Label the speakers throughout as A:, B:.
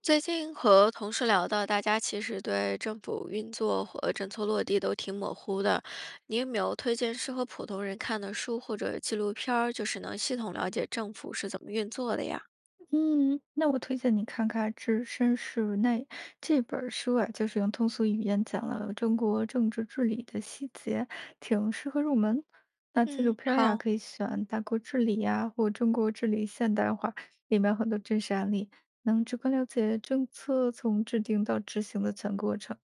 A: 最近和同事聊到，大家其实对政府运作和政策落地都挺模糊的。你有没有推荐适合普通人看的书或者纪录片儿，就是能系统了解政府是怎么运作的呀？
B: 嗯，那我推荐你看看《置身事内》这本书啊，就是用通俗语言讲了中国政治治理的细节，挺适合入门。那纪录
A: 嗯，
B: 片儿啊，
A: 好，
B: 可以选《大国治理》呀，或《中国治理现代化》，里面有很多真实案例，能直观了解政策从制定到执行的全过程。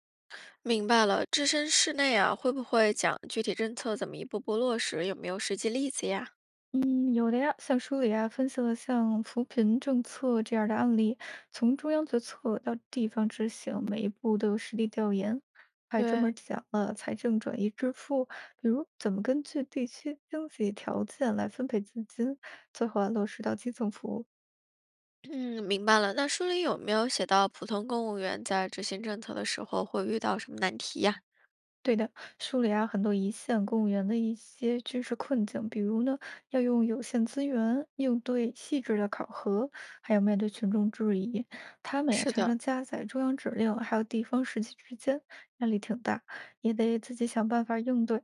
A: 明白了。置身事内啊，会不会讲具体政策怎么一步步落实？有没有实际例子呀？
B: 嗯，有的呀，像书里啊分析了像扶贫政策这样的案例，从中央决策到地方执行，每一步都有实地调研，还专门
A: 对，
B: 讲了财政转移支付，比如怎么根据地区经济条件来分配资金，最后啊落实到基层服务。
A: 嗯，明白了。那书里有没有写到普通公务员在执行政策的时候会遇到什么难题呀？
B: 对的，梳理啊很多一线公务员的一些知识困境，比如呢，要用有限资源应对细致的考核，还有面对群众质疑，他们呀
A: 是
B: 常
A: 的，
B: 常加在中央指令还有地方实际之间，压力挺大，也得自己想办法应对。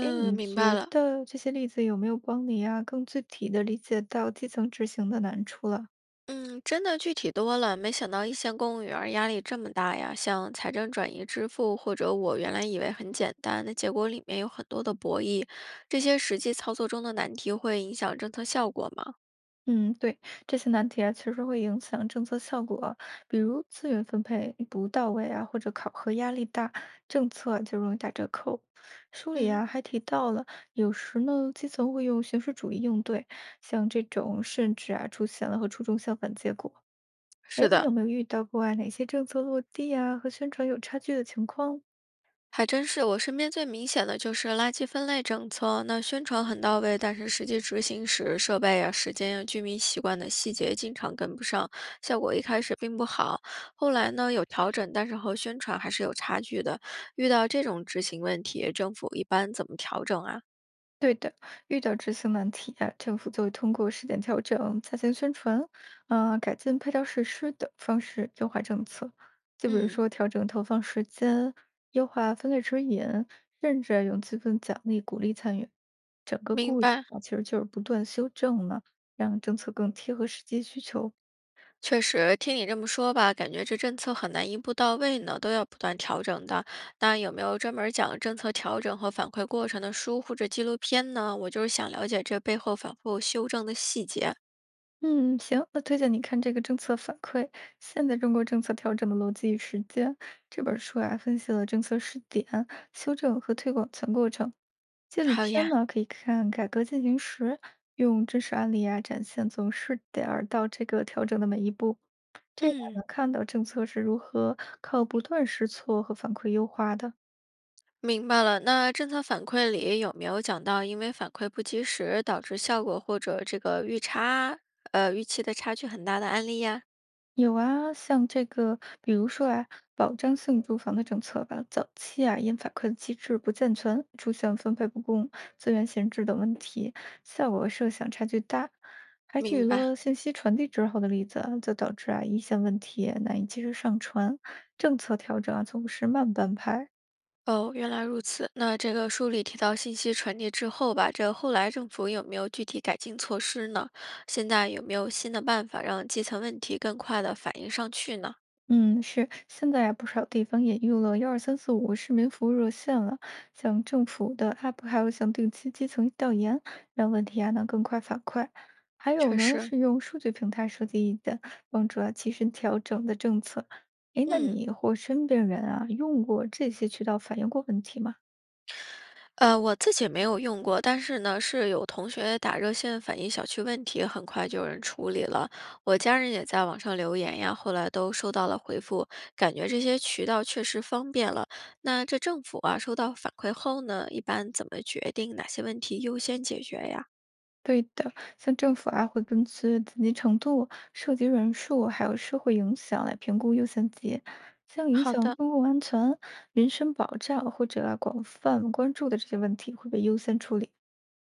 B: 哎，你
A: 明白
B: 觉
A: 了。
B: 得这些例子有没有帮你呀更具体的理解到基层执行的难处了？
A: 嗯，真的具体多了，没想到一线公务员儿压力这么大呀！像财政转移支付，或者我原来以为很简单，那结果里面有很多的博弈，这些实际操作中的难题会影响政策效果吗？
B: 嗯，对，这些难题啊，其实会影响政策效果，比如资源分配不到位啊，或者考核压力大，政策啊就容易打折扣。书里
A: 嗯，
B: 啊还提到了，有时呢基层会用形式主义应对，像这种甚至啊出现了和初衷相反结果。哎，
A: 是
B: 你
A: 的，
B: 有没有遇到过啊哪些政策落地啊和宣传有差距的情况呢？
A: 还真是，我身边最明显的就是垃圾分类政策，那宣传很到位，但是实际执行时，设备呀、时间呀、居民习惯的细节经常跟不上，效果一开始并不好。后来呢，有调整，但是和宣传还是有差距的。遇到这种执行问题，政府一般怎么调整啊？
B: 对的，遇到执行难题啊，政府就会通过试点调整、加强宣传，啊、改进配套设施等方式优化政策。就比如
A: 嗯，
B: 说调整投放时间、优化分类指引，甚至用积分奖励鼓励参与。整个
A: 明
B: 过程
A: 白。
B: 啊，其实就是不断修正呢，让政策更贴合实际需求。
A: 确实，听你这么说吧，感觉这政策很难一步到位呢，都要不断调整的。那有没有专门儿讲政策调整和反馈过程的书或者纪录片呢？我就是想了解这背后反复修正的细节。
B: 嗯，行，那推荐你看这个政策反馈，现在中国政策调整的逻辑与实践这本书啊，分析了政策试点、修正和推广全过程。纪录
A: 好
B: 片
A: 呀，
B: 呢，可以看《改革进行时》，用真实案例啊展现从试点儿到这个调整的每一步，这样能
A: 嗯，
B: 看到政策是如何靠不断试错和反馈优化的。
A: 明白了。那政策反馈里有没有讲到，因为反馈不及时导致效果或者这个预差，预期的差距很大的案例呀？
B: 有啊，像这个，比如说啊，保障性住房的政策吧，早期啊，因反馈机制不健全，出现分配不公、资源闲置等问题，效果设想差距大。还举
A: 明白。
B: 了信息传递滞后的例子啊就导致啊一线问题难以及时上传，政策调整啊总是慢半拍。
A: 哦，原来如此。那这个书里提到信息传递之后吧，这后来政府有没有具体改进措施呢？现在有没有新的办法让基层问题更快的反映上去呢？
B: 嗯，是，现在呀，不少地方也用了“12345”市民服务热线了，像政府的 app，还有像定期基层调研，让问题啊能更快反馈。还有
A: 确
B: 呢，
A: 实，
B: 是用数据平台收集意见，帮助啊及时调整的政策。诶，那
A: 嗯。
B: 你或身边人啊用过这些渠道反映过问题吗？
A: 我自己没有用过，但是呢，是有同学打热线反映小区问题，很快就有人处理了。我家人也在网上留言呀，后来都收到了回复，感觉这些渠道确实方便了。那这政府啊，收到反馈后呢，一般怎么决定哪些问题优先解决呀？
B: 对的，像政府啊，会根据紧急程度、涉及人数，还有社会影响来评估优先级。像影
A: 好
B: 响
A: 的，
B: 公共安全、民生保障或者啊广泛关注的这些问题，会被优先处理。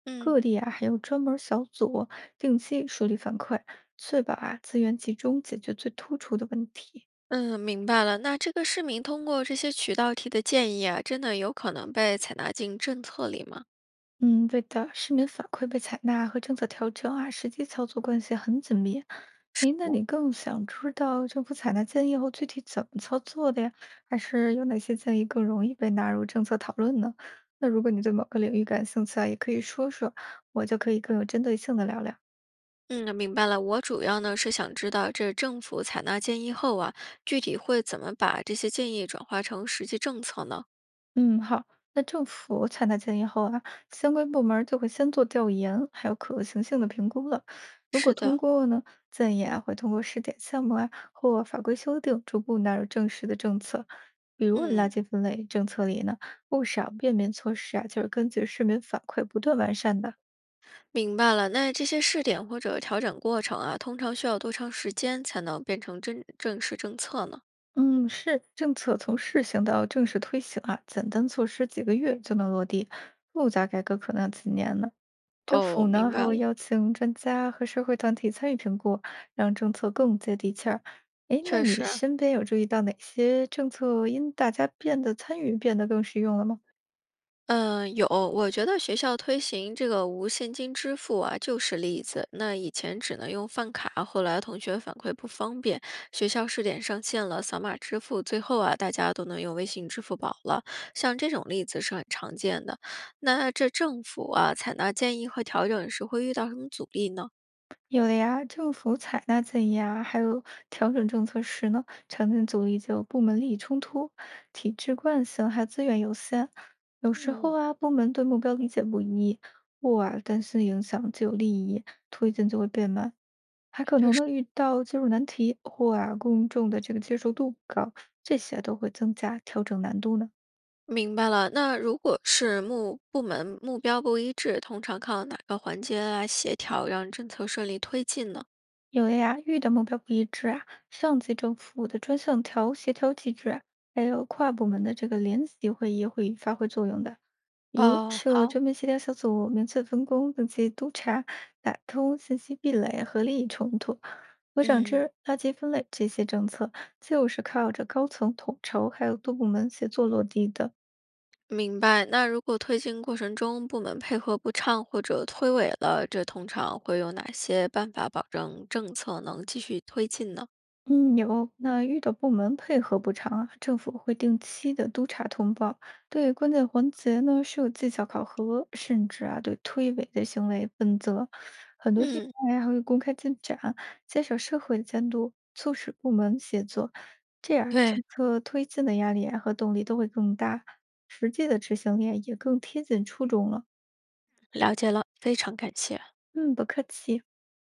A: 嗯，
B: 各地啊，还有专门儿小组定期梳理反馈，确保啊资源集中解决最突出的问题。
A: 嗯，明白了。那这个市民通过这些渠道提的建议啊，真的有可能被采纳进政策里吗？
B: 嗯，对的，市民反馈被采纳和政策调整啊，实际操作关系很紧密。诶，那你更想知道政府采纳建议后具体怎么操作的呀？还是有哪些建议更容易被纳入政策讨论呢？那如果你对某个领域感兴趣啊，也可以说说，我就可以更有针对性的聊聊。
A: 嗯，明白了。我主要呢是想知道，这政府采纳建议后啊，具体会怎么把这些建议转化成实际政策呢？
B: 嗯，好。那政府采纳建议后啊，相关部门儿就会先做调研，还有可行性的评估了。如果
A: 是
B: 通
A: 的，
B: 过呢，建议啊会通过试点项目啊或法规修订，逐步纳入正式的政策。比如垃
A: 嗯，
B: 圾分类政策里呢，不少便民措施啊，就是根据市民反馈不断完善的。
A: 明白了。那这些试点或者调整过程啊，通常需要多长时间才能变成真正式政策呢？
B: 嗯，是政策从试行到正式推行啊，简单措施几个月就能落地，复杂改革可能要几年呢。政
A: 哦，
B: 府
A: 明
B: 呢还
A: 白
B: 会
A: 了，
B: 邀请专家和社会团体参与评估，让政策更接地气儿。诶，那
A: 确
B: 你
A: 实。
B: 身边有注意到哪些政策因大家变得参与变得更实用了吗？
A: 嗯，有，我觉得学校推行这个无现金支付啊，就是例子。那以前只能用饭卡，后来同学反馈不方便，学校试点上线了扫码支付，最后啊，大家都能用微信、支付宝了。像这种例子是很常见的。那这政府啊，采纳建议和调整时会遇到什么阻力呢？
B: 有的呀，政府采纳建议啊，还有调整政策时呢，常见阻力就有部门利益冲突、体制惯性，还有资源有限。有时候
A: 嗯，
B: 啊，部门对目标理解不一，或啊担心影响既有利益，推进就会变慢。还可能呢遇到技术难题或啊公众的这个接受度不高，这些都会增加调整难度呢。
A: 明白了，那如果是目部门目标不一致，通常靠哪个环节来协调，让政策顺利推进呢？
B: 有的呀，遇到目标不一致啊，上级政府的专项调协调机制啊，还有跨部门的这个联席会议会发挥作用的，比如
A: 哦，
B: 设
A: 好。
B: 专门协调小组，明确分工，并且督查、打通信息壁垒和利益冲突。可想
A: 嗯，
B: 知，垃圾分类这些政策就是靠着高层统筹还有多部门协作落地的。
A: 明白。那如果推进过程中部门配合不畅或者推诿了，这通常会有哪些办法保证政策能继续推进呢？
B: 嗯，有。那遇到部门配合不常啊，政府会定期的督查通报，对关键环节呢是有绩效考核，甚至啊对推诿的行为问责。很多地
A: 嗯，
B: 方呀还会公开进展，减少社会的监督，促使部门协作，这样
A: 对，
B: 政策推进的压力啊和动力都会更大，实际的执行力啊也更贴近初衷了。
A: 了解了，非常感谢。
B: 嗯，不客气。